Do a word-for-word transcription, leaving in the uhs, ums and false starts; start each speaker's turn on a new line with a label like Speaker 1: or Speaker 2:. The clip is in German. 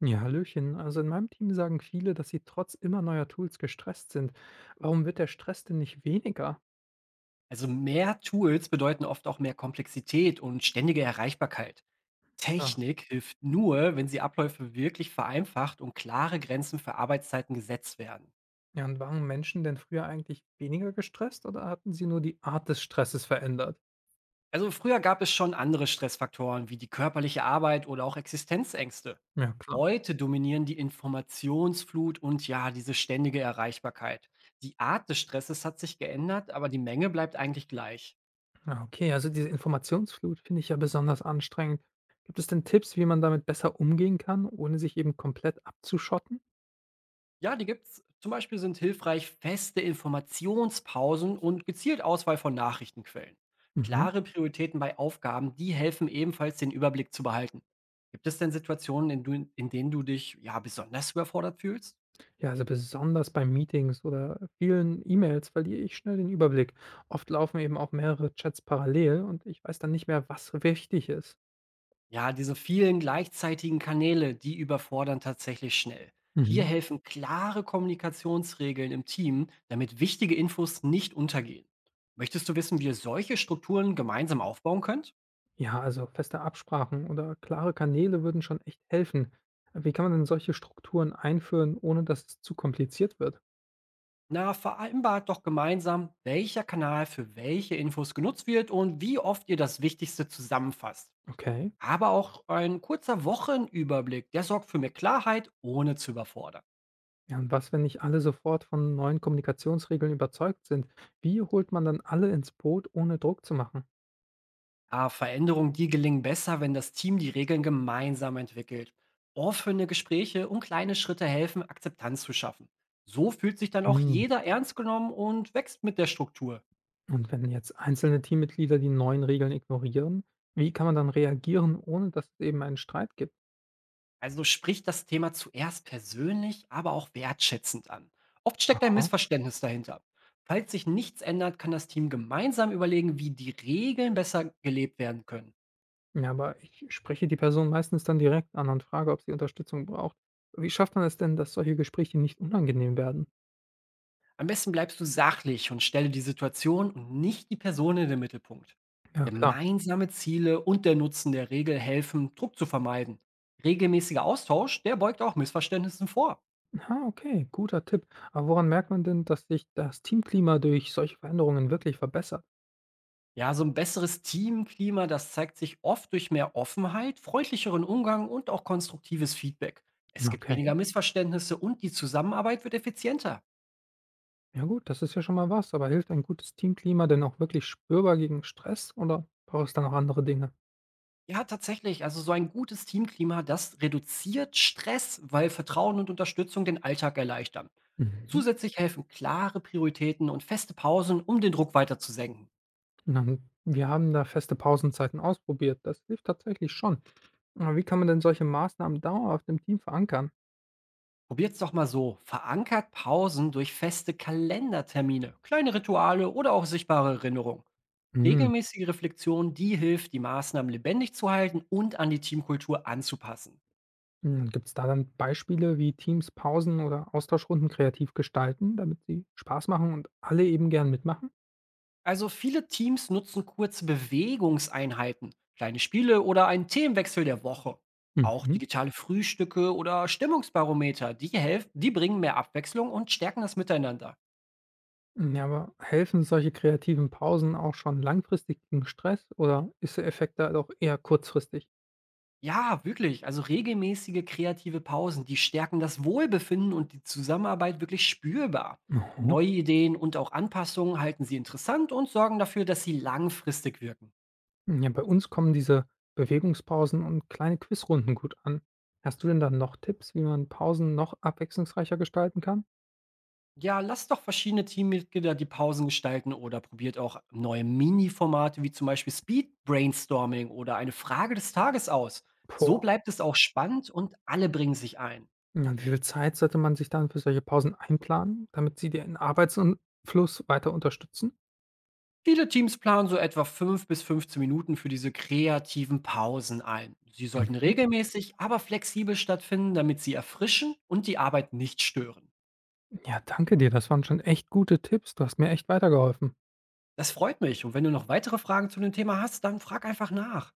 Speaker 1: Ja, hallöchen. Also in meinem Team sagen viele, dass sie trotz immer neuer Tools gestresst sind. Warum wird der Stress denn nicht weniger?
Speaker 2: Also mehr Tools bedeuten oft auch mehr Komplexität und ständige Erreichbarkeit.
Speaker 1: Ah.
Speaker 2: Technik hilft nur, wenn sie Abläufe wirklich vereinfacht und klare Grenzen für Arbeitszeiten gesetzt werden.
Speaker 1: Ja, und waren Menschen denn früher eigentlich weniger gestresst oder hatten sie nur die Art des Stresses verändert?
Speaker 2: Also früher gab es schon andere Stressfaktoren wie die körperliche Arbeit oder auch Existenzängste.
Speaker 1: Ja, klar.
Speaker 2: Heute dominieren die Informationsflut und ja, diese ständige Erreichbarkeit. Die Art des Stresses hat sich geändert, aber die Menge bleibt eigentlich gleich.
Speaker 1: Ja, okay, also diese Informationsflut finde ich ja besonders anstrengend. Gibt es denn Tipps, wie man damit besser umgehen kann, ohne sich eben komplett abzuschotten?
Speaker 2: Ja, die gibt's. Zum Beispiel sind hilfreich feste Informationspausen und gezielt Auswahl von Nachrichtenquellen.
Speaker 1: Mhm.
Speaker 2: Klare Prioritäten bei Aufgaben, die helfen ebenfalls, den Überblick zu behalten. Gibt es denn Situationen, in, du, in denen du dich ja besonders überfordert fühlst?
Speaker 1: Ja, also besonders bei Meetings oder vielen E-Mails verliere ich schnell den Überblick. Oft laufen eben auch mehrere Chats parallel und ich weiß dann nicht mehr, was wichtig ist.
Speaker 2: Ja, diese vielen gleichzeitigen Kanäle, die überfordern tatsächlich schnell. Hier
Speaker 1: Mhm.
Speaker 2: helfen klare Kommunikationsregeln im Team, damit wichtige Infos nicht untergehen. Möchtest du wissen, wie ihr solche Strukturen gemeinsam aufbauen könnt?
Speaker 1: Ja, also feste Absprachen oder klare Kanäle würden schon echt helfen. Wie kann man denn solche Strukturen einführen, ohne dass es zu kompliziert wird?
Speaker 2: Na, vereinbart doch gemeinsam, welcher Kanal für welche Infos genutzt wird und wie oft ihr das Wichtigste zusammenfasst.
Speaker 1: Okay.
Speaker 2: Aber auch ein kurzer Wochenüberblick, der sorgt für mehr Klarheit, ohne zu überfordern.
Speaker 1: Ja, und was, wenn nicht alle sofort von neuen Kommunikationsregeln überzeugt sind? Wie holt man dann alle ins Boot, ohne Druck zu machen?
Speaker 2: Ja, Veränderungen, die gelingen besser, wenn das Team die Regeln gemeinsam entwickelt. Offene Gespräche und kleine Schritte helfen, Akzeptanz zu schaffen. So fühlt sich dann auch jeder ernst genommen und wächst mit der Struktur.
Speaker 1: Und wenn jetzt einzelne Teammitglieder die neuen Regeln ignorieren, wie kann man dann reagieren, ohne dass es eben einen Streit gibt?
Speaker 2: Also sprich das Thema zuerst persönlich, aber auch wertschätzend an. Oft steckt ein
Speaker 1: Aha.
Speaker 2: Missverständnis dahinter. Falls sich nichts ändert, kann das Team gemeinsam überlegen, wie die Regeln besser gelebt werden können.
Speaker 1: Ja, aber ich spreche die Person meistens dann direkt an und frage, ob sie Unterstützung braucht. Wie schafft man es denn, dass solche Gespräche nicht unangenehm werden?
Speaker 2: Am besten bleibst du sachlich und stelle die Situation und nicht die Person in den Mittelpunkt.
Speaker 1: Ja, klar.
Speaker 2: Gemeinsame Ziele und der Nutzen der Regel helfen, Druck zu vermeiden. Regelmäßiger Austausch, der beugt auch Missverständnissen vor.
Speaker 1: Ah, okay, guter Tipp. Aber woran merkt man denn, dass sich das Teamklima durch solche Veränderungen wirklich verbessert?
Speaker 2: Ja, so ein besseres Teamklima, das zeigt sich oft durch mehr Offenheit, freundlicheren Umgang und auch konstruktives Feedback. Es gibt
Speaker 1: Okay.
Speaker 2: weniger Missverständnisse und die Zusammenarbeit wird effizienter.
Speaker 1: Ja gut, das ist ja schon mal was, aber hilft ein gutes Teamklima denn auch wirklich spürbar gegen Stress oder braucht es da noch andere Dinge?
Speaker 2: Ja, tatsächlich, also so ein gutes Teamklima, das reduziert Stress, weil Vertrauen und Unterstützung den Alltag erleichtern.
Speaker 1: Mhm.
Speaker 2: Zusätzlich helfen klare Prioritäten und feste Pausen, um den Druck weiter zu senken.
Speaker 1: Na, wir haben da feste Pausenzeiten ausprobiert. Das hilft tatsächlich schon. Aber wie kann man denn solche Maßnahmen dauerhaft im Team verankern?
Speaker 2: Probiert's doch mal so, verankert Pausen durch feste Kalendertermine, kleine Rituale oder auch sichtbare Erinnerungen.
Speaker 1: Mhm.
Speaker 2: Regelmäßige Reflexion, die hilft, die Maßnahmen lebendig zu halten und an die Teamkultur anzupassen.
Speaker 1: Gibt es da dann Beispiele, wie Teams Pausen oder Austauschrunden kreativ gestalten, damit sie Spaß machen und alle eben gern mitmachen?
Speaker 2: Also viele Teams nutzen kurze Bewegungseinheiten, kleine Spiele oder einen Themenwechsel der Woche. Auch
Speaker 1: Mhm.
Speaker 2: digitale Frühstücke oder Stimmungsbarometer, die helfen, die bringen mehr Abwechslung und stärken das Miteinander.
Speaker 1: Ja, aber helfen solche kreativen Pausen auch schon langfristig gegen Stress oder ist der Effekt da doch eher kurzfristig?
Speaker 2: Ja, wirklich. Also regelmäßige kreative Pausen, die stärken das Wohlbefinden und die Zusammenarbeit wirklich spürbar.
Speaker 1: Aha.
Speaker 2: Neue Ideen und auch Anpassungen halten sie interessant und sorgen dafür, dass sie langfristig wirken.
Speaker 1: Ja, bei uns kommen diese Bewegungspausen und kleine Quizrunden gut an. Hast du denn dann noch Tipps, wie man Pausen noch abwechslungsreicher gestalten kann?
Speaker 2: Ja, lasst doch verschiedene Teammitglieder die Pausen gestalten oder probiert auch neue Mini-Formate wie zum Beispiel Speed Brainstorming oder eine Frage des Tages aus. So
Speaker 1: Boah,
Speaker 2: bleibt es auch spannend und alle bringen sich ein.
Speaker 1: ja, wie viel Zeit sollte man sich dann für solche Pausen einplanen, damit sie den Arbeitsfluss weiter unterstützen?
Speaker 2: Viele Teams planen so etwa fünf bis fünfzehn Minuten für diese kreativen Pausen ein. Sie sollten
Speaker 1: Mhm.
Speaker 2: regelmäßig, aber flexibel stattfinden, damit sie erfrischen und die Arbeit nicht stören.
Speaker 1: Ja, danke dir. Das waren schon echt gute Tipps. Du hast mir echt weitergeholfen.
Speaker 2: Das freut mich und wenn du noch weitere Fragen zu dem Thema hast, dann frag einfach nach.